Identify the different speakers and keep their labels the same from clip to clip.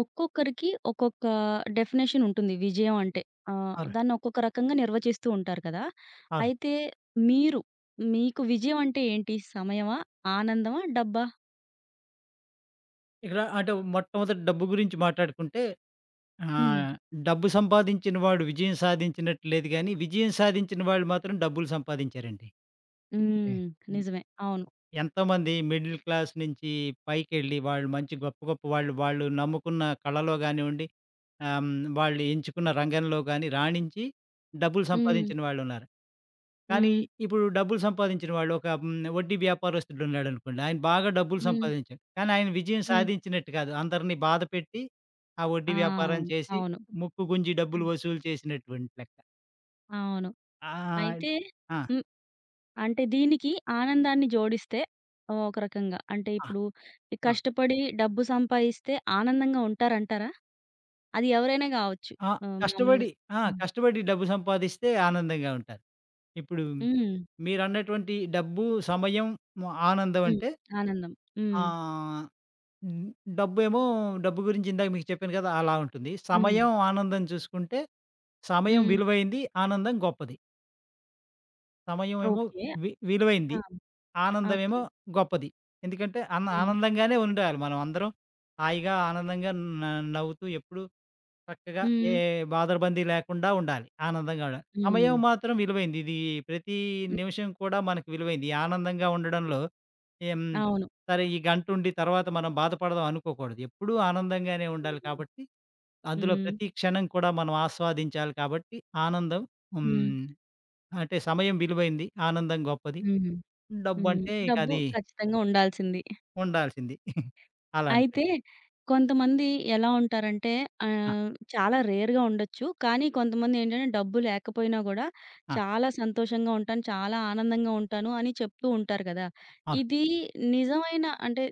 Speaker 1: ఒక్కొక్కరికి ఒక్కొక్క డెఫినేషన్ ఉంటుంది విజయం అంటే.
Speaker 2: అవును.
Speaker 1: దాన్ని ఒక్కొక్క రకంగా నిర్వచిస్తూ ఉంటారు కదా!
Speaker 2: అవును.
Speaker 1: అయితే మీరు, మీకు విజయం అంటే ఏంటి? సమయమా? ఆనందమా? డబ్బా?
Speaker 2: ఇక్కడ అంటే మొట్టమొదట డబ్బు గురించి మాట్లాడుకుంటే
Speaker 1: హ్మ్.
Speaker 2: ఆహ్, డబ్బు సంపాదించిన వాడు విజయం సాధించినట్టు లేదు గానీ, విజయం సాధించిన వాళ్ళు మాత్రం డబ్బులు సంపాదించారండి. ఓకే.
Speaker 1: హ్మ్. నిజమే. అవును.
Speaker 2: ఎంతోమంది మిడిల్ క్లాస్ నుంచి పైకెళ్ళి వాళ్ళు మంచి గొప్ప గొప్ప వాళ్ళు వాళ్ళు నమ్ముకున్న కళలో గానివ్వండి, ఆహ్, హ్మ్, వాళ్ళు ఎంచుకున్న రంగంలో గాని రాణించి డబ్బులు
Speaker 1: హ్మ్.
Speaker 2: సంపాదించిన వాళ్ళున్నారు. కానీ
Speaker 1: హ్మ్.
Speaker 2: ఇప్పుడు డబ్బులు సంపాదించిన వాళ్ళు ఒక వడ్డీ వ్యాపారస్తుడు ఉన్నాడనుకోండి. ఆయన బాగా డబ్బులు
Speaker 1: హ్మ్.
Speaker 2: సంపాదించాడు. కానీ ఆయన విజయం
Speaker 1: హ్మ్.
Speaker 2: సాధించినట్టు కాదు. అందరిని బాధపెట్టి ఆ
Speaker 1: ఆ!
Speaker 2: వడ్డీ వ్యాపారం చేసి
Speaker 1: అవును.
Speaker 2: ముక్కు గుంజి డబ్బులు
Speaker 1: అన్
Speaker 2: వసూలు చేసినటువంటి లెక్క.
Speaker 1: అవును.
Speaker 2: ఆహ్,
Speaker 1: అయితే
Speaker 2: ఆ!
Speaker 1: హ్మ్. అంటే దీనికి ఆనందాన్ని జోడిస్తే ఒక రకంగా అంటే
Speaker 2: ఆ! ఆ!
Speaker 1: ఇప్పుడు ఈ కష్టపడి డబ్బు సంపాదిస్తే ఆనందంగా ఉంటారంటారా? అది ఎవరైనా గావచ్చు.
Speaker 2: ఆ!
Speaker 1: మామూలుగా.
Speaker 2: కష్టపడి ఆ!
Speaker 1: హ్మ్.
Speaker 2: కష్టపడి డబ్బు సంపాదిస్తే ఆనందంగా ఉంటారు. ఇప్పుడు
Speaker 1: హ్మ్.
Speaker 2: మీరన్నటువంటి డబ్బు, సమయం, ఆనందం
Speaker 1: హ్మ్.
Speaker 2: అంటే
Speaker 1: ఆనందం. హ్మ్.
Speaker 2: ఆహ్, హ్మ్, డబ్బేమో డబ్బు గురించి ఇందాక మీకు చెప్పాను కదా! అలా ఉంటుంది.
Speaker 1: హ్మ్.
Speaker 2: సమయం, ఆనందం చూసుకుంటే సమయం
Speaker 1: హ్మ్.
Speaker 2: విలువైంది, ఆనందం గొప్పది. సమయం ఏమో
Speaker 1: ఓకే. ఆ!
Speaker 2: విలువైంది, ఆనందమేమో
Speaker 1: ఓకే.
Speaker 2: గొప్పది. ఎందుకంటే
Speaker 1: ఆ!
Speaker 2: ఆనందంగానే ఉండాలి మనం అందరం. హాయిగా, ఆనందంగా న నవ్వుతూ ఎప్పుడూ చక్కగా ఏ
Speaker 1: హ్మ్.
Speaker 2: బాదరబందీ లేకుండా ఉండాలి. ఆనందంగా ఉండాలి. సమయం
Speaker 1: హ్మ్.
Speaker 2: మాత్రం విలువైంది. ఇది ప్రతి
Speaker 1: హ్మ్.
Speaker 2: నిమిషం కూడా మనకు విలువైంది. ఈ ఆనందంగా ఉండడంలో ఏం
Speaker 1: అవును.
Speaker 2: సరే ఈ గంటుండి తర్వాత మనం బాధపడదాం అనుకోకూడదు. ఎప్పుడూ ఆనందంగానే ఉండాలి
Speaker 1: హ్మ్.
Speaker 2: కాబట్టి, అందులో
Speaker 1: హ్మ్.
Speaker 2: ప్రతి క్షణం కూడా మనం ఆస్వాదించాలి కాబట్టి ఆనందం
Speaker 1: హ్మ్.
Speaker 2: హ్మ్. అంటే సమయం విలువైంది. ఆనందం గొప్పది.
Speaker 1: హ్మ్. హ్మ్.
Speaker 2: డబ్బంటే ఇక
Speaker 1: డబ్బు
Speaker 2: అది
Speaker 1: ఖచ్చితంగా ఉండాల్సింది.
Speaker 2: ఉండాల్సింది. అలా
Speaker 1: అయితే
Speaker 2: అనిపిస్తుంది.
Speaker 1: కొంతమంది ఎలా ఉంటారంటే
Speaker 2: ఆ!
Speaker 1: చాలా రేర్‌గా ఉండొచ్చు. కానీ కొంతమందేంటంటే డబ్బు లేకపోయినా గూడా
Speaker 2: ఆ!
Speaker 1: చాలా సంతోషంగా ఉంటాను, చాలా ఆనందంగా ఉంటాను అని చెప్తూ ఉంటారు గదా!
Speaker 2: అవును.
Speaker 1: ఇది నిజమైన అంటే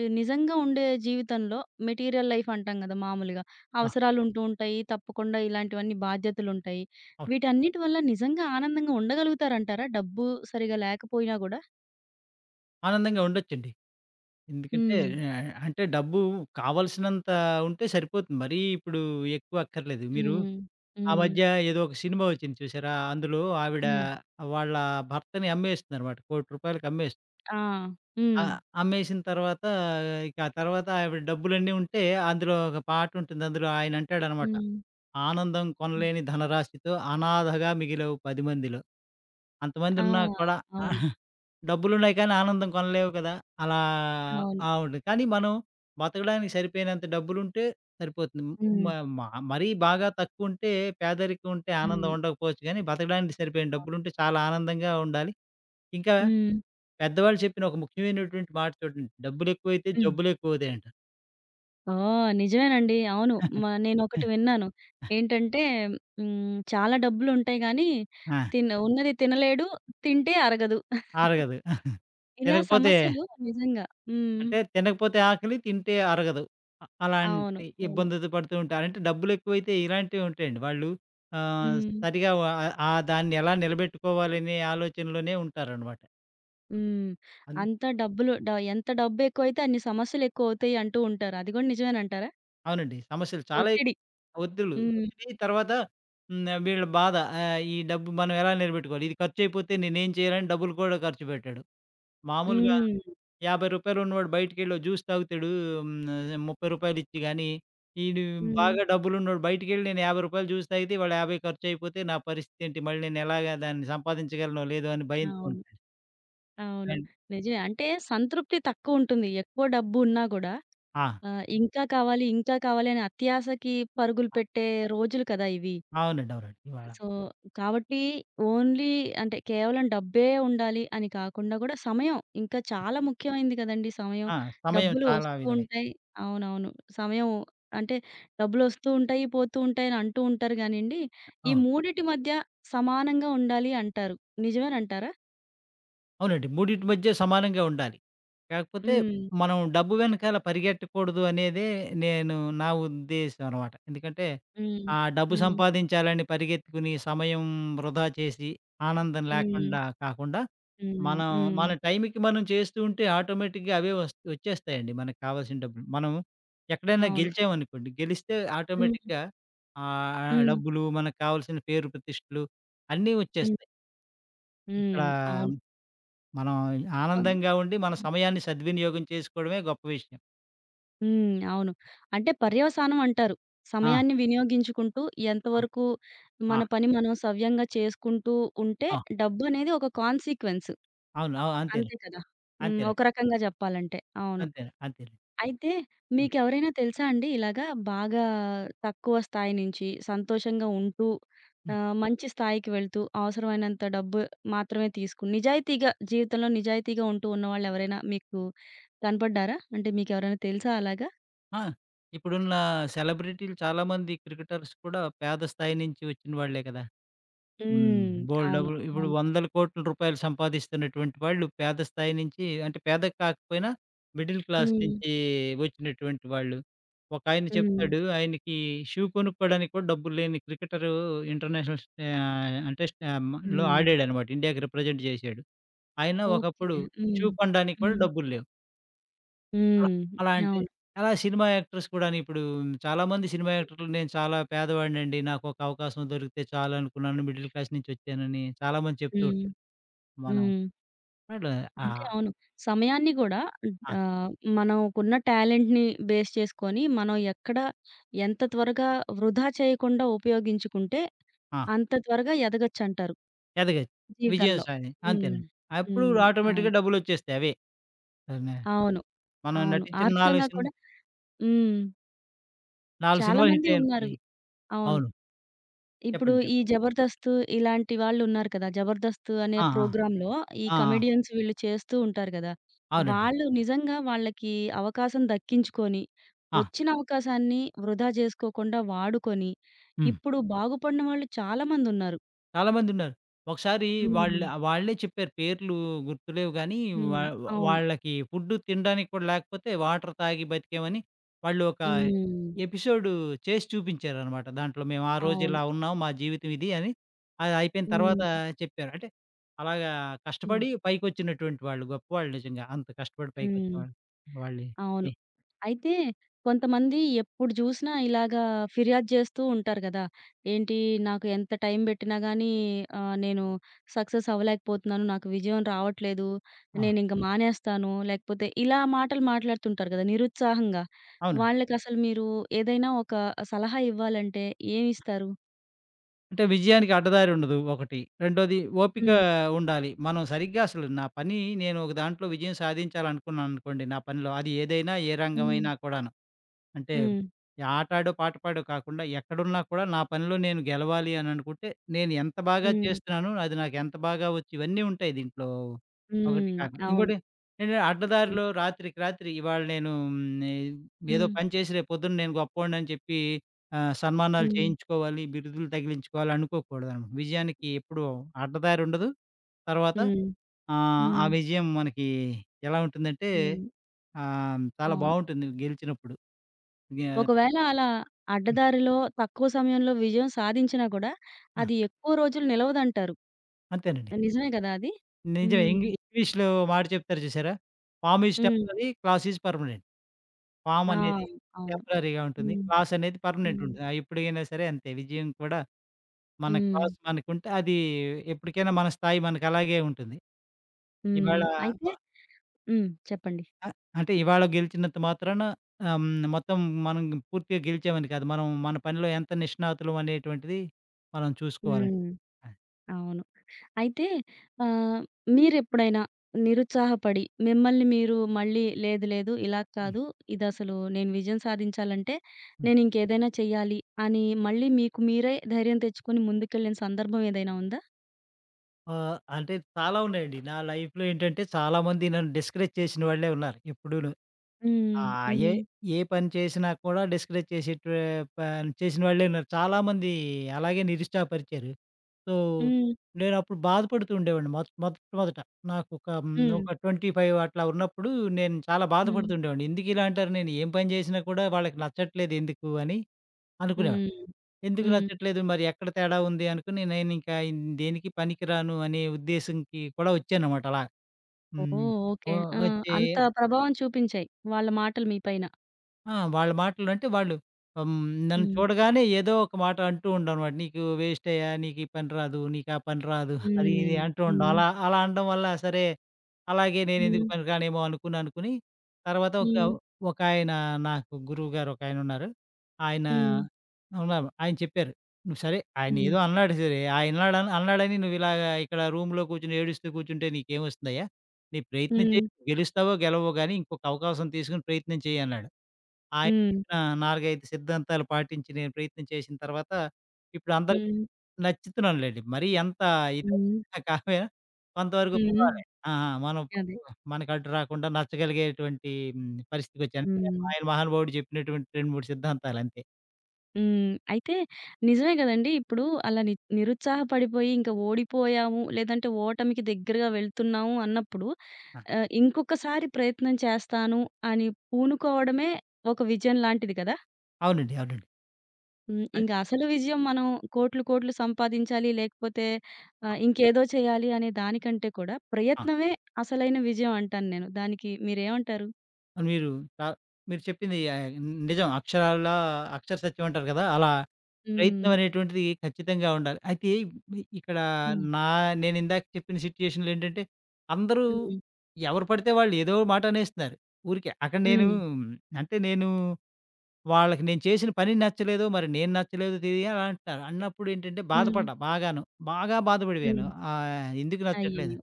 Speaker 1: ఈ నిజంగా ఉండే జీవితంలో మెటీరియల్ లైఫ్ అంటాం గదా! మామూలుగా.
Speaker 2: ఆ!
Speaker 1: అవసరాలుంటూ ఉంటాయి. తప్పకుండా ఇలాంటివన్నీ బాధ్యతలుంటాయి.
Speaker 2: అవును.
Speaker 1: వీటన్నిటి వల్ల నిజంగా ఆనందంగా ఉండగలుగుతారంటారా? డబ్బు సరిగ్గా లేకపోయినా గూడా?
Speaker 2: ఆనందంగా ఉండొచ్చండి. ఎందుకంటే
Speaker 1: హ్మ్.
Speaker 2: అంటే డబ్బు కావాల్సినంత ఉంటే సరిపోతుంది. మరీ ఇప్పుడు ఎక్కువ అక్కర్లేదు. మీరు
Speaker 1: హ్మ్.
Speaker 2: ఆ
Speaker 1: హ్మ్.
Speaker 2: మధ్య ఏదో ఒక సినిమా వచ్చింది చూసారా? అందులో ఆవిడ
Speaker 1: హ్మ్.
Speaker 2: వాళ్ళ భర్తని అమ్మేస్తుందనమాట. రూ. 1,00,00,000కి అమ్మేస్తుంది.
Speaker 1: ఆ!
Speaker 2: ఆ!
Speaker 1: హ్మ్.
Speaker 2: అమ్మేసిన తర్వాత ఇక ఆ తర్వాత ఆవిడ డబ్బులన్నీ ఉంటే అందులో ఒక పాటుంటుంది. అందులో ఆయనంటాడనమాట.
Speaker 1: హ్మ్.
Speaker 2: "ఆనందం
Speaker 1: హ్మ్.
Speaker 2: కొనలేని ధనరాశితో అనాథగా మిగిలావు పది మందిలో. అంతమంది
Speaker 1: ఆ!
Speaker 2: ఉన్నా కూడా."
Speaker 1: అవును.
Speaker 2: డబ్బులున్నాయి కానీ ఆనందం కొనలేవు కదా! అలా
Speaker 1: అవును.
Speaker 2: ఆ! ఉంటుంది. కానీ మనం బతకడానికి సరిపోయినంత డబ్బులుంటే సరిపోతుంది.
Speaker 1: హ్మ్.
Speaker 2: మ మ మరీ బాగా తక్కువుంటే పేదరికం ఉంటే ఆనందం
Speaker 1: హ్మ్.
Speaker 2: ఉండకపోవచ్చు గానీ, బతకడానికి సరిపోయిన
Speaker 1: అవును.
Speaker 2: డబ్బులుంటే చాలా ఆనందంగా ఉండాలి. ఇంకా
Speaker 1: హ్మ్.
Speaker 2: పెద్దవాళ్ళు చెప్పిన ఒక ముఖ్యమైనటువంటి మాట చూడండి. "డబ్బులెక్కువైతే
Speaker 1: హ్మ్.
Speaker 2: జబ్బులెక్కువవుతాయి" అంటారు.
Speaker 1: ఓహ్! నిజమేనండి. అవును. మ నేనొకటి విన్నాను. ఏంటంటే హ్మ్. చాలా డబ్బులుంటాయి గానీ,
Speaker 2: ఆ!
Speaker 1: ఉన్నది తినలేడు, తింటే అరగదు.
Speaker 2: అరగదు.
Speaker 1: ఇలా
Speaker 2: తినకపోతే
Speaker 1: సమస్యలు నిజంగా. హ్మ్.
Speaker 2: అంటే తినకపోతే ఆకలి, తింటే అరగదు.
Speaker 1: అవును.
Speaker 2: అలాంటి
Speaker 1: అవును.
Speaker 2: ఇబ్బందులు పడుతూ ఉంటారు. అంటే డబ్బులెక్కువైతే ఇలాంటివి ఉంటాయండి. వాళ్ళు
Speaker 1: హ్మ్.
Speaker 2: సరిగా ఆ దాన్ని ఎలా నిలబెట్టుకోవాలనే ఆలోచనలోనే ఉంటారనమాట.
Speaker 1: హ్మ్.
Speaker 2: అన్
Speaker 1: అంత డబ్బులు డ ఎంత డబ్బెక్కువైతే అన్ని సమస్యలెక్కువవుతాయి అంటూ ఉంటారు. అది గూడా నిజమేనంటారా?
Speaker 2: అవునండి. సమస్యలు చాలా
Speaker 1: ఒత్తిడి.
Speaker 2: ఒత్తిళ్ళు.
Speaker 1: హ్మ్.
Speaker 2: ఒత్తిడి తర్వాత హ్మ్. వీళ్ళ బాధ. ఈ డబ్బు మనం ఎలా నిలబెట్టుకోవాలి? ఇది ఖర్చయిపోతే నేనేం చేయాలని డబ్బులు కూడా ఖర్చు పెట్టాడు. మామూలుగా రూ.
Speaker 1: హ్మ్.
Speaker 2: 50 ఉన్నవాడు బయటికెళ్ళి ఓ జ్యూస్ తాగుతాడు. హ్మ్. రూ. 30 ఇచ్చి గాని, ఈడు
Speaker 1: హ్మ్.
Speaker 2: బాగా డబ్బులున్నోడు బయటికెళ్ళి నేను రూ. 50 జ్యూస్ తాగితే ఇవాళ 50 ఖర్చయిపోతే నా పరిస్థితేంటి? మళ్ళీ నేను ఎలాగా దాన్ని సంపాదించగలనో లేదో అని భయంతో
Speaker 1: అవును.
Speaker 2: ఉంటాడు.
Speaker 1: అవును.
Speaker 2: అండ్-
Speaker 1: నిజమే. అంటే సంతృప్తి తక్కువుంటుంది. ఎక్కువ డబ్బు ఉన్నా గూడా
Speaker 2: ఆ!
Speaker 1: ఇంకా కావాలి, ఇంకా కావాలి అని అత్యాశకి పరుగులు
Speaker 2: ఆ!
Speaker 1: పెట్టే రోజులు కదా! ఇవి.
Speaker 2: అవునండి. అవునండి. ఇవాళ
Speaker 1: సో, కాబట్టి ఓన్లీ అంటే కేవలం డబ్బే ఉండాలి అని కాకుండా గూడా సమయం ఇంకా చాలా ముఖ్యమైంది కదండీ సమయం.
Speaker 2: ఆ! సమయం
Speaker 1: డబ్బులు
Speaker 2: చాలా
Speaker 1: వస్తూ
Speaker 2: విలువైంది.
Speaker 1: ఉంటాయి. అవునవును. సమయం అంటే డబ్బులొస్తూ ఉంటాయి, పోతూ ఉంటాయి అని అంటూ ఉంటారు గానీండి. ఈ
Speaker 2: అవును.
Speaker 1: మూడిటి మధ్య సమానంగా ఉండాలి అంటారు. నిజమేనంటారా?
Speaker 2: అవునండి. మూడిటి మధ్య సమానంగా ఉండాలి. కాకపోతే
Speaker 1: హ్మ్.
Speaker 2: మనం డబ్బు వెనకాల పరిగెట్టకూడదు అనేదే నా ఉద్దేశం అనమాట. ఎందుకంటే
Speaker 1: హ్మ్.
Speaker 2: ఆ డబ్బు
Speaker 1: హ్మ్.
Speaker 2: సంపాదించాలని పరిగెత్తుకుని సమయం వృధా చేసి ఆనందం
Speaker 1: హ్మ్.
Speaker 2: లేకుండా కాకుండా
Speaker 1: హ్మ్.
Speaker 2: మనం
Speaker 1: హ్మ్.
Speaker 2: మన టైంకి మనం చేస్తూ ఉంటే ఆటోమేటిక్‌గా అవే వచ్చేస్తాయండి మనకు కావాల్సిన డబ్బులు. మనం ఎక్కడైనా
Speaker 1: అవును.
Speaker 2: గెలిచామనుకోండి గెలిస్తే
Speaker 1: హ్మ్.
Speaker 2: ఆటోమేటిక్‌గా
Speaker 1: హ్మ్.
Speaker 2: డబ్బులు మనకు కావాల్సిన పేరు ప్రతిష్టలు అన్నీ
Speaker 1: హ్మ్.
Speaker 2: వచ్చేస్తాయి. ఇక్కడ
Speaker 1: హ్మ్. అవును.
Speaker 2: మనం
Speaker 1: కొన్
Speaker 2: ఆనందంగా ఉండి, మన సమయాన్ని సద్వినియోగం చేసుకోవడమే గొప్ప విషయం.
Speaker 1: హ్మ్. అవును. అంటే పర్యవసానం అంటారు.
Speaker 2: ఆ!
Speaker 1: సమయాన్ని వినియోగించుకుంటూ
Speaker 2: ఆ!
Speaker 1: ఎంతవరకు
Speaker 2: ఆ!
Speaker 1: మన పని మనం సవ్యంగా చేసుకుంటూ ఉంటే
Speaker 2: ఆ!
Speaker 1: డబ్బనేది ఒక కాన్సీక్వెన్స్.
Speaker 2: అవును. అంతేలే.
Speaker 1: అంతే కదా! హ్మ్.
Speaker 2: అంతేనండి.
Speaker 1: ఒక రకంగా చెప్పాలంటే. అవును.
Speaker 2: అంతేలే. అంతేలే.
Speaker 1: అయితే
Speaker 2: హ్మ్.
Speaker 1: మీకెవరైనా తెలుసా అండి? ఇలాగా బాగా తక్కువ స్థాయి నుంచి సంతోషంగా ఉంటూ
Speaker 2: హ్మ్.
Speaker 1: మంచి స్థాయికి వెళ్తూ అవసరమైనంత డబ్బు మాత్రమే తీసుకుని నిజాయితీగా జీవితంలో నిజాయితీగా ఉంటూ ఉన్నవాళ్ళెవరైనా మీకు కనపడ్డారా? అంటే మీకెవరైనా తెలుసా అలాగా?
Speaker 2: ఆ! ఇప్పుడున్న సెలబ్రిటీలు చాలామంది క్రికెటర్స్ కూడా పేద స్థాయి నుంచి వచ్చిన వాళ్ళే కదా! హ్మ్.
Speaker 1: హ్మ్.
Speaker 2: బోలెడు
Speaker 1: అవును.
Speaker 2: డబ్బులు ఇప్పుడు రూ.
Speaker 1: అవును.
Speaker 2: 100,00,00,000 సంపాదిస్తున్నటువంటి వాళ్ళు పేద స్థాయి నుంచి అంటే పేద కాకపోయినా మిడిల్ క్లాస్
Speaker 1: హ్మ్.
Speaker 2: నుంచి వచ్చినటువంటి వాళ్ళు. ఒకాయన
Speaker 1: హ్మ్.
Speaker 2: చెప్తాడు ఆయనకి షూ కొనుక్కోవడానికి కూడా డబ్బులు లేని క్రికెటరు ఇంటర్నేషనల్ అంటే స్ ఆహ్, మ లో
Speaker 1: హ్మ్.
Speaker 2: ఆడాడనమాట. ఇండియాకి రిప్రజెంట్ చేశాడు. ఆయన
Speaker 1: ఓకే.
Speaker 2: ఒకప్పుడు షూ
Speaker 1: హ్మ్.
Speaker 2: కొనడానికి కూడా
Speaker 1: హ్మ్.
Speaker 2: డబ్బులు లేవు. అలా
Speaker 1: హ్మ్.
Speaker 2: అలాంటి
Speaker 1: అవును.
Speaker 2: అలా సినిమా యాక్టర్స్ కూడాను ఇప్పుడు చాలామంది సినిమా యాక్టర్లు నేను చాలా పేదవాడినండి. నాకొక అవకాశం దొరికితే చాలనుకున్నాను. మిడిల్ క్లాస్ నుంచి వచ్చానని చాలామంది చెప్తూ
Speaker 1: హ్మ్.
Speaker 2: ఉంటారు. మనం
Speaker 1: హ్మ్.
Speaker 2: అట్లా ఆ!
Speaker 1: అంటే అవును. సమయాన్ని గూడా
Speaker 2: ఆ!
Speaker 1: ఆహ్, మనకున్న టాలెంట్‌ని బేస్ చేసుకొని, మనం ఎక్కడ ఎంత త్వరగా వృధా చేయకుండా ఉపయోగించుకుంటే,
Speaker 2: ఆ!
Speaker 1: అంత త్వరగా ఎదగొచ్చంటారు
Speaker 2: ఎదగచ్చు. విజయం
Speaker 1: జీవితంలో.
Speaker 2: సాధి
Speaker 1: హ్మ్.
Speaker 2: అంతేనండి. అప్పుడు
Speaker 1: హ్మ్. అవును.
Speaker 2: ఆటోమేటిక్‌గా డబ్బులొచ్చేస్తాయి అవే. అవునా!
Speaker 1: అవును.
Speaker 2: మనం
Speaker 1: అవును.
Speaker 2: నటించిన 4
Speaker 1: ఆర్థికంగా
Speaker 2: సినిమా
Speaker 1: కూడా హ్మ్.
Speaker 2: 4
Speaker 1: చాలా
Speaker 2: సినిమాలు హిట్
Speaker 1: మంది ఉన్నారు.
Speaker 2: అయ్యాయనుకోండి
Speaker 1: అవును.
Speaker 2: అవును.
Speaker 1: ఇప్పుడు
Speaker 2: చెప్పండి.
Speaker 1: ఈ
Speaker 2: చెప్పండి.
Speaker 1: 'జబర్దస్త్' ఇలాంటి వాళ్ళున్నారు కదా! 'జబర్దస్త్' అనే
Speaker 2: ఆ! ఆ!
Speaker 1: ప్రోగ్రామ్‌లో ఈ
Speaker 2: ఆ! ఆ!
Speaker 1: కమెడియన్స్ వీళ్ళు చేస్తూ ఉంటారు గదా!
Speaker 2: అవునండి.
Speaker 1: వాళ్ళు నిజంగా వాళ్ళకి అవకాశం దక్కించుకొని,
Speaker 2: ఆ!
Speaker 1: వచ్చిన అవకాశాన్ని వృధా జేసుకోకుండా వాడుకొని,
Speaker 2: హ్మ్.
Speaker 1: ఇప్పుడు బాగుపడిన వాళ్ళు చాలామందున్నారు.
Speaker 2: చాలామందున్నారు. ఒకసారి
Speaker 1: హ్మ్.
Speaker 2: వాళ్ళు వాళ్ళే చెప్పారు పేర్లు గుర్తులేవు గానీ,
Speaker 1: హ్మ్.
Speaker 2: వా
Speaker 1: అవును.
Speaker 2: వాళ్ళకి ఫుడ్డు తినడానికి కూడా లేకపోతే వాటర్ తాగి బతికామని వాళ్ళు ఒక
Speaker 1: హ్మ్.
Speaker 2: ఎపిసోడ్ చేసి చూపించారనమాట. దాంట్లో మేము ఆ రోజు
Speaker 1: అవును.
Speaker 2: ఇలా ఉన్నాం. మా జీవితం ఇది అని అది అయిపోయిన
Speaker 1: హ్మ్.
Speaker 2: తర్వాత చెప్పారు. అంటే అలాగా
Speaker 1: హ్మ్.
Speaker 2: కష్టపడి పైకొచ్చినటువంటి వాళ్ళు గొప్పవాళ్ళు నిజంగా. అంత కష్టపడి పైకొచ్చిన
Speaker 1: హ్మ్.
Speaker 2: వాళ్ళు వాళ్ళే.
Speaker 1: అవును.
Speaker 2: ఏ
Speaker 1: అయితే కొంతమంది ఎప్పుడు జూసినా ఇలాగా ఫిర్యాదు జేస్తూ ఉంటారు గదా! ఏంటి నాకు ఎంత టైం బెట్టినా గానీ నేను సక్సెస్ అవ్వలేకపోతున్నాను. నాకు విజయం రావట్లేదు.
Speaker 2: ఆ!
Speaker 1: నేనింక మానేస్తాను. లేకపోతే ఇలా మాటలు మాట్లాడుతుంటారు గదా! నిరుత్సాహంగా.
Speaker 2: అవునండి.
Speaker 1: వాళ్ళకసలు మీరు ఏదైనా ఒక సలహా ఇవ్వాలంటే ఏమిస్తారు?
Speaker 2: అంటే విజయానికి అడ్డదారి ఉండదు ఒకటి. రెండోది ఓపిక
Speaker 1: హ్మ్.
Speaker 2: ఉండాలి. మనం సరిగ్గా అసలు నా పని నేను ఒక దాంట్లో విజయం సాధించాలనుకున్నాననుకోండి నా పనిలో. అది ఏదైనా ఏ
Speaker 1: హ్మ్.
Speaker 2: రంగమైనా కూడాను. అంటే
Speaker 1: హ్మ్.
Speaker 2: ఈ ఆట ఆడో, పాట పాడో కాకుండా ఎక్కడున్నా కూడా నా పనిలో నేను గెలవాలి అని అనుకుంటే, నేను ఎంత బాగా
Speaker 1: హ్మ్.
Speaker 2: చేస్తున్నాను, అది నాకు ఎంత బాగా వచ్చు ఇవన్నీ ఉంటాయి దీంట్లో. ఒకటి
Speaker 1: హ్మ్.
Speaker 2: కాకుండా
Speaker 1: అవును.
Speaker 2: ఇంకోటి నేను
Speaker 1: హ్మ్.
Speaker 2: అడ్డదారిలో రాత్రికి రాత్రి ఇవాళ నేను ఏదో
Speaker 1: హ్మ్.
Speaker 2: పని చేసి రేపు పొద్దున్న నేను గొప్పోడిని అని చెప్పి సన్మానాలు
Speaker 1: హ్మ్.
Speaker 2: చేయించుకోవాలి, బిరుదులు తగిలించుకోవాలి అనుకోకూడదనమాట. విజయానికి ఎప్పుడూ అడ్డదారి ఉండదు. తర్వాత
Speaker 1: హ్మ్.
Speaker 2: ఆ
Speaker 1: హ్మ్.
Speaker 2: విజయం మనకి ఎలా ఉంటుందంటే
Speaker 1: హ్మ్.
Speaker 2: చాలా
Speaker 1: అవును.
Speaker 2: బావుంటుంది గెలిచినప్పుడు. గ్యా
Speaker 1: ఒకవేళ అలా అడ్డదారిలో తక్కువ సమయంలో విజయం సాధించినా కూడా,
Speaker 2: ఆ!
Speaker 1: అది ఎక్కువ రోజులు నిలవదంటారు.
Speaker 2: అంతేనండి.
Speaker 1: నిజమే కదా అది?
Speaker 2: నిజమే.
Speaker 1: హ్మ్.
Speaker 2: ఇంగ్లీష్‌లో మాట చెప్తారు చూసారా? Form is
Speaker 1: hmm.
Speaker 2: Temporary, class is permanent. Form
Speaker 1: ఆ!
Speaker 2: అనేది
Speaker 1: అవును.
Speaker 2: టెంపరరీగా ఉంటుంది.
Speaker 1: హ్మ్.
Speaker 2: క్లాస్ అనేది పర్మనెంట్
Speaker 1: హ్మ్.
Speaker 2: ఉంటుంది. ఎప్పటికైనా సరే అంతే. విజయం కూడా మన
Speaker 1: హ్మ్.
Speaker 2: క్లాస్ మనకుంటే అది ఎప్పటికైనా మన స్థాయి మనకలాగే ఉంటుంది.
Speaker 1: హ్మ్.
Speaker 2: ఇవాళ
Speaker 1: అయితే హ్మ్. చెప్పండి.
Speaker 2: అ అంటే ఇవాళ గెలిచినంత మాత్రాన ఆహ్, హ్మ్, మొత్తం మనం పూర్తిగా గెలిచామని కాదు. మనం మన పనిలో ఎంత నిష్ణాతులం అనేటువంటిది మనం చూసుకోవాలండి.
Speaker 1: హ్మ్.
Speaker 2: ఆ!
Speaker 1: అవును. అయితే ఆహ్, మీరెప్పుడైనా నిరుత్సాహపడి మిమ్మల్ని మీరు మళ్ళీ లేదు లేదు ఇలా
Speaker 2: హ్మ్.
Speaker 1: కాదు. ఇదసలు నేను విజయం సాధించాలంటే నేనింకేదైనా చెయ్యాలి అని మళ్ళీ మీకు మీరే ధైర్యం తెచ్చుకొని ముందుకెళ్ళిన సందర్భం ఏదైనా ఉందా?
Speaker 2: అంటే చాలా ఉన్నాయండి. నా లైఫ్‌లో ఏంటంటే చాలామంది నన్ను డిస్కరేజ్ చేసిన వాళ్ళే ఉన్నారు ఇప్పుడూను. ఆ!
Speaker 1: హ్మ్.
Speaker 2: ఏ
Speaker 1: హ్మ్.
Speaker 2: ఏ పని చేసినా కూడా డిస్కరేజ్ చేసేటు పని చేసిన వాళ్ళే ఉన్నారు. చాలామంది అలాగే నిరుత్సాహపరిచారు. సో,
Speaker 1: హ్మ్.
Speaker 2: నేనప్పుడు బాధపడుతూ ఉండేవాడిని. మొదట మొదట మొదట నాకొక
Speaker 1: హ్మ్.
Speaker 2: ఒక 25 అట్లా ఉన్నప్పుడు నేను చాలా
Speaker 1: హ్మ్.
Speaker 2: బాధపడుతుండేవాడిని. ఎందుకిలా అంటారు? నేను ఏం పని చేసినా కూడా వాళ్ళకి నచ్చట్లేదు ఎందుకు అని అనుకునేవాడిని.
Speaker 1: హ్మ్.
Speaker 2: ఎందుకు
Speaker 1: హ్మ్.
Speaker 2: నచ్చట్లేదు మరి ఎక్కడ తేడా ఉంది అనుకుని నేనింకా దేనికి పనికిరాను అనే ఉద్దేశంకి కూడా వచ్చాననమాట అలా.
Speaker 1: ఓహ్!
Speaker 2: హ్మ్. ఓ
Speaker 1: ఓకే. ఆ!
Speaker 2: వచ్చి
Speaker 1: అంత ప్రభావం చూపించాయి. వాళ్ళ మాటలు మీ పైన.
Speaker 2: ఆ! వాళ్ళ మాటలు అంటే వాళ్ళు హ్మ్. నన్ను
Speaker 1: హ్మ్.
Speaker 2: చూడగానే ఏదో ఒక మాట అంటూ ఉండనమాట. "నీకు వేస్టయ్యా, నీకు ఈ పని రాదు, నీకు ఆ పని రాదు" అది ఇది
Speaker 1: హ్మ్.
Speaker 2: అంటూ ఉండం.
Speaker 1: హ్మ్.
Speaker 2: అలా అలా అనడం వల్ల సరే అలాగే
Speaker 1: హ్మ్.
Speaker 2: నేనెందుకు పనికిరానేమో అనుకుని అనుకుని తర్వాత
Speaker 1: హ్మ్.
Speaker 2: ఒకాయన నాకు గురువుగారు ఒకాయనున్నారు. ఆయన
Speaker 1: హ్మ్.
Speaker 2: ఉన్నారు. ఆయన చెప్పారు. "నువ్వు సరే ఆయన
Speaker 1: హ్మ్.
Speaker 2: ఏదో అన్నాడు సరే, ఆయన్నాడు అన్నాడని నువ్వు ఇలాగ ఇక్కడ రూమ్‌లో కూర్చొని ఏడుస్తూ కూర్చుంటే నీకేమొస్తుందయ్యా? నీ ప్రయత్నం
Speaker 1: హ్మ్.
Speaker 2: చెయ్యి. గెలుస్తావో గెలవో గానీ ఇంకొక అవకాశం తీసుకొని ప్రయత్నం చెయ్యి" అన్నాడు. ఆయన
Speaker 1: హ్మ్.
Speaker 2: 4, 5 సిద్ధాంతాలు పాటించి నేను ప్రయత్నం చేసిన తర్వాత ఇప్పుడు అందరికి
Speaker 1: హ్మ్.
Speaker 2: నచ్చుతున్నానులెండి. మరీ అంత ఇదిగా
Speaker 1: హ్మ్.
Speaker 2: కాకపోయినా కొంతవరకు
Speaker 1: హ్మ్.
Speaker 2: పర్వాలేదు. ఆ! ఆ! మనం
Speaker 1: అదే.
Speaker 2: మనకు అడ్డు రాకుండా నచ్చగలిగేటువంటి పరిస్థితికొచ్చాను.
Speaker 1: హ్మ్.
Speaker 2: ఆయన మహానుభావుడు చెప్పినటువంటి 2, 3 సిద్ధాంతాలు అంతే.
Speaker 1: హ్మ్. అయితే నిజమే గదండీ! ఇప్పుడు అలా నిరుత్సాహపడిపోయి ఇంక ఓడిపోయాము, లేదంటే ఓటమికి దగ్గరగా వెళ్తున్నాము అన్నప్పుడు
Speaker 2: ఆ!
Speaker 1: ఇంకొకసారి ప్రయత్నం చేస్తాను అని పూనుకోవడమే ఒక విజయం లాంటిది కదా!
Speaker 2: అవునండి. అవునండి.
Speaker 1: హ్మ్.
Speaker 2: అన్
Speaker 1: ఇంక అసలు విజయం మనం కోట్లు, కోట్లు సంపాదించాలి లేకపోతే ఇంకేదో చేయాలి అనే దానికంటే కూడా
Speaker 2: ఆ!
Speaker 1: ప్రయత్నమే అసలైన విజయం అంటాను నేను. దానికి మీరేమంటారు?
Speaker 2: మీరు చ మీరు చెప్పింది నిజం అక్షర సత్యం అంటారు కదా! అలా
Speaker 1: హ్మ్.
Speaker 2: ప్రయత్నం అనేటువంటిది ఖచ్చితంగా ఉండాలి. అయితే ఇక్కడ
Speaker 1: హ్మ్.
Speaker 2: నా నేనిందాక చెప్పిన సిట్యుయేషన్‌లో ఏంటంటే, అందరూ
Speaker 1: హ్మ్.
Speaker 2: ఎవరు పడితే వాళ్ళు ఏదో మాట అనేస్తున్నారు. ఊరికే. అక్కడ
Speaker 1: హ్మ్.
Speaker 2: నేను వాళ్ళకి నేను చేసిన పని నచ్చలేదో, మరి నేను నచ్చలేదో తెలియ అలా అంటున్నారు. అన్నప్పుడు ఏంటంటే
Speaker 1: హ్మ్.
Speaker 2: బాధపడ్డా బాగాను. బాగా బాధపడిపోయాను.
Speaker 1: హ్మ్.
Speaker 2: ఎందుకు నచ్చట్లేదు.
Speaker 1: అయ్యయ్యో!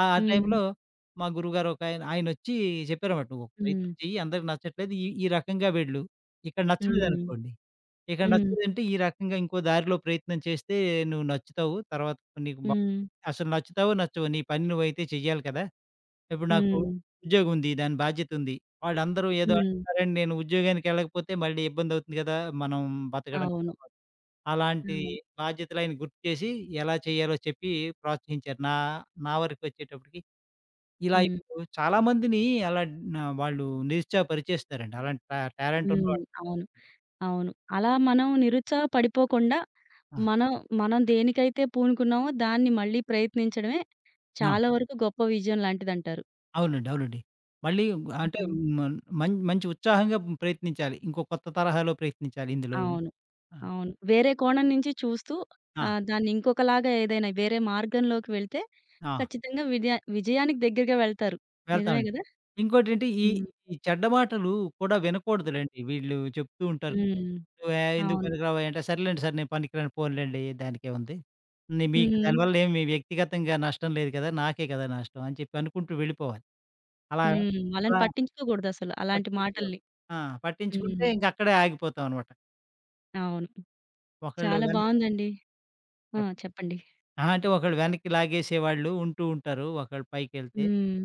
Speaker 2: ఆ! ఆ
Speaker 1: హ్మ్.
Speaker 2: టైంలో మా గురువుగారు ఒకాయన ఆయనొచ్చి చెప్పారన్నమాట. "నువ్వొక
Speaker 1: హ్మ్.
Speaker 2: ప్రయత్నం చెయ్యి. అందరికి నచ్చట్లేదు. ఈ ఈ రకంగా వెళ్ళు. ఇక్కడ
Speaker 1: హ్మ్.
Speaker 2: నచ్చలేదనుకోండి." ఇక
Speaker 1: హ్మ్.
Speaker 2: నచ్చలేదంటే ఈ రకంగా ఇంకో దారిలో ప్రయత్నం చేస్తే నువ్వు నచ్చుతావు. తర్వాత నీకు బా
Speaker 1: హ్మ్.
Speaker 2: అసలు నచ్చుతావో, నచ్చవో నీ పని నువ్వైతే చెయ్యాలి కదా! ఇప్పుడు నాకు
Speaker 1: హ్మ్.
Speaker 2: ఉద్యోగం ఉంది. దాని బాధ్యతుంది. వాళ్ళందరూ ఏదో
Speaker 1: హ్మ్.
Speaker 2: అంటున్నారని నేను ఉద్యోగానికి ఎళ్ళకపోతే మళ్ళీ ఇబ్బందవుతుంది కదా! మనం బతకడం
Speaker 1: అవును.
Speaker 2: కష్టం. అలాంటి
Speaker 1: అవును.
Speaker 2: బాధ్యతలు ఆయన గుర్తు చేసి ఎలా చేయాలో చెప్పి ప్రోత్సహించారు. నా నా వరకొచ్చేటప్పటికి ఇలా
Speaker 1: హ్మ్.
Speaker 2: ఇప్పుడు చాలామందిని అలా వాళ్ళు నిరుత్సాహపరిచేస్తారండి. అలాంటి టాలెంట్
Speaker 1: హ్మ్.
Speaker 2: ఉన్నవాళ్ళు.
Speaker 1: అవును. అవును. అలా మనం నిరుత్సాహ పడిపోకుండా
Speaker 2: ఆ!
Speaker 1: మనం, మనం దేనికైతే పూనుకున్నామో దాన్ని మళ్ళీ ప్రయత్నించడమే
Speaker 2: ఆ!
Speaker 1: చాలా వరకు గొప్ప విజయం లాంటిదంటారు.
Speaker 2: అవునండి. అవునండి. మళ్ళీ అంటే
Speaker 1: హ్మ్.
Speaker 2: మన్ మం మంచి ఉత్సాహంగా ప్రయత్నించాలి. ఇంకో కొత్త తరహాలో ప్రయత్నించాలి ఇందులో.
Speaker 1: అవును.
Speaker 2: ఆ!
Speaker 1: అవును. వేరే కోణం నుంచి చూస్తూ
Speaker 2: ఆ!
Speaker 1: దాన్ని ఇంకొకలాగా ఏదైనా వేరే మార్గంలోకి వెళ్తే
Speaker 2: ఆ!
Speaker 1: ఖచ్చితంగా విజయానికి దగ్గరగా వెళ్తారు. నిజమే
Speaker 2: వెళ్తామండి.
Speaker 1: గదా!
Speaker 2: ఇంకోటేంటి ఈ
Speaker 1: హ్మ్.
Speaker 2: ఈ చెడ్డ మాటలు కూడా వినకూడదులెండి. వీళ్ళు చెప్తూ ఉంటారు.
Speaker 1: హ్మ్.
Speaker 2: "నువ్వే ఎందుకు
Speaker 1: అవును.
Speaker 2: పనికిరావు" అంటే సర్లేండి సార్ నేను పనికిరాను పోనిలెండి దానికేముంది. మీకు
Speaker 1: హ్మ్.
Speaker 2: దానివల్ల ఏమి మీ వ్యక్తిగతంగా నష్టం లేదు కదా! నాకే కదా నష్టం అని చెప్పి అనుకుంటూ వెళ్ళిపోవాలి. అలా
Speaker 1: హ్మ్. వాళ్ళని
Speaker 2: అలా
Speaker 1: పట్టించుకోకూడదసలు అలాంటి
Speaker 2: పట్టించుకోరు.
Speaker 1: మాటల్ని.
Speaker 2: ఆ! పట్టించుకుంటే
Speaker 1: హ్మ్.
Speaker 2: ఇంక అక్కడే ఆగిపోతామనమాట.
Speaker 1: అవును.
Speaker 2: ఒకళ్ళు
Speaker 1: చాలా
Speaker 2: గాని
Speaker 1: బావుందండి. ఆ!
Speaker 2: చెప్
Speaker 1: చెప్పండి.
Speaker 2: ఆ! అంటే ఒకళ్ళు వెనక్కి లాగేసేవాళ్ళు ఉంటూ ఉంటారు. ఒకళ్ళు పైకెళ్తే.
Speaker 1: హ్మ్.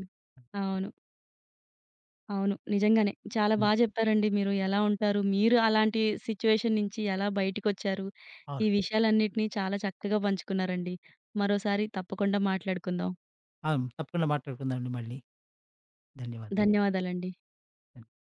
Speaker 1: అవును. అవును. నిజంగానే. చాలా
Speaker 2: హ్మ్.
Speaker 1: జెప్పారండి మీరు. ఎలా ఉంటారు? మీరు అలాంటి సిట్యుయేషన్ నుంచి ఎలా బయటికొచ్చారు? ఈ
Speaker 2: అవును.
Speaker 1: విషయాలన్నిటిని చాలా చక్కగా పంచుకున్నారండి. మరోసారి తప్పకుండా మాట్లాడుకుందాం.
Speaker 2: అవును. తప్పకుండా మాట్లాడుకుందామండి మళ్ళీ. ధన్యవాదాలు.
Speaker 1: ధన్యవాదాలండి.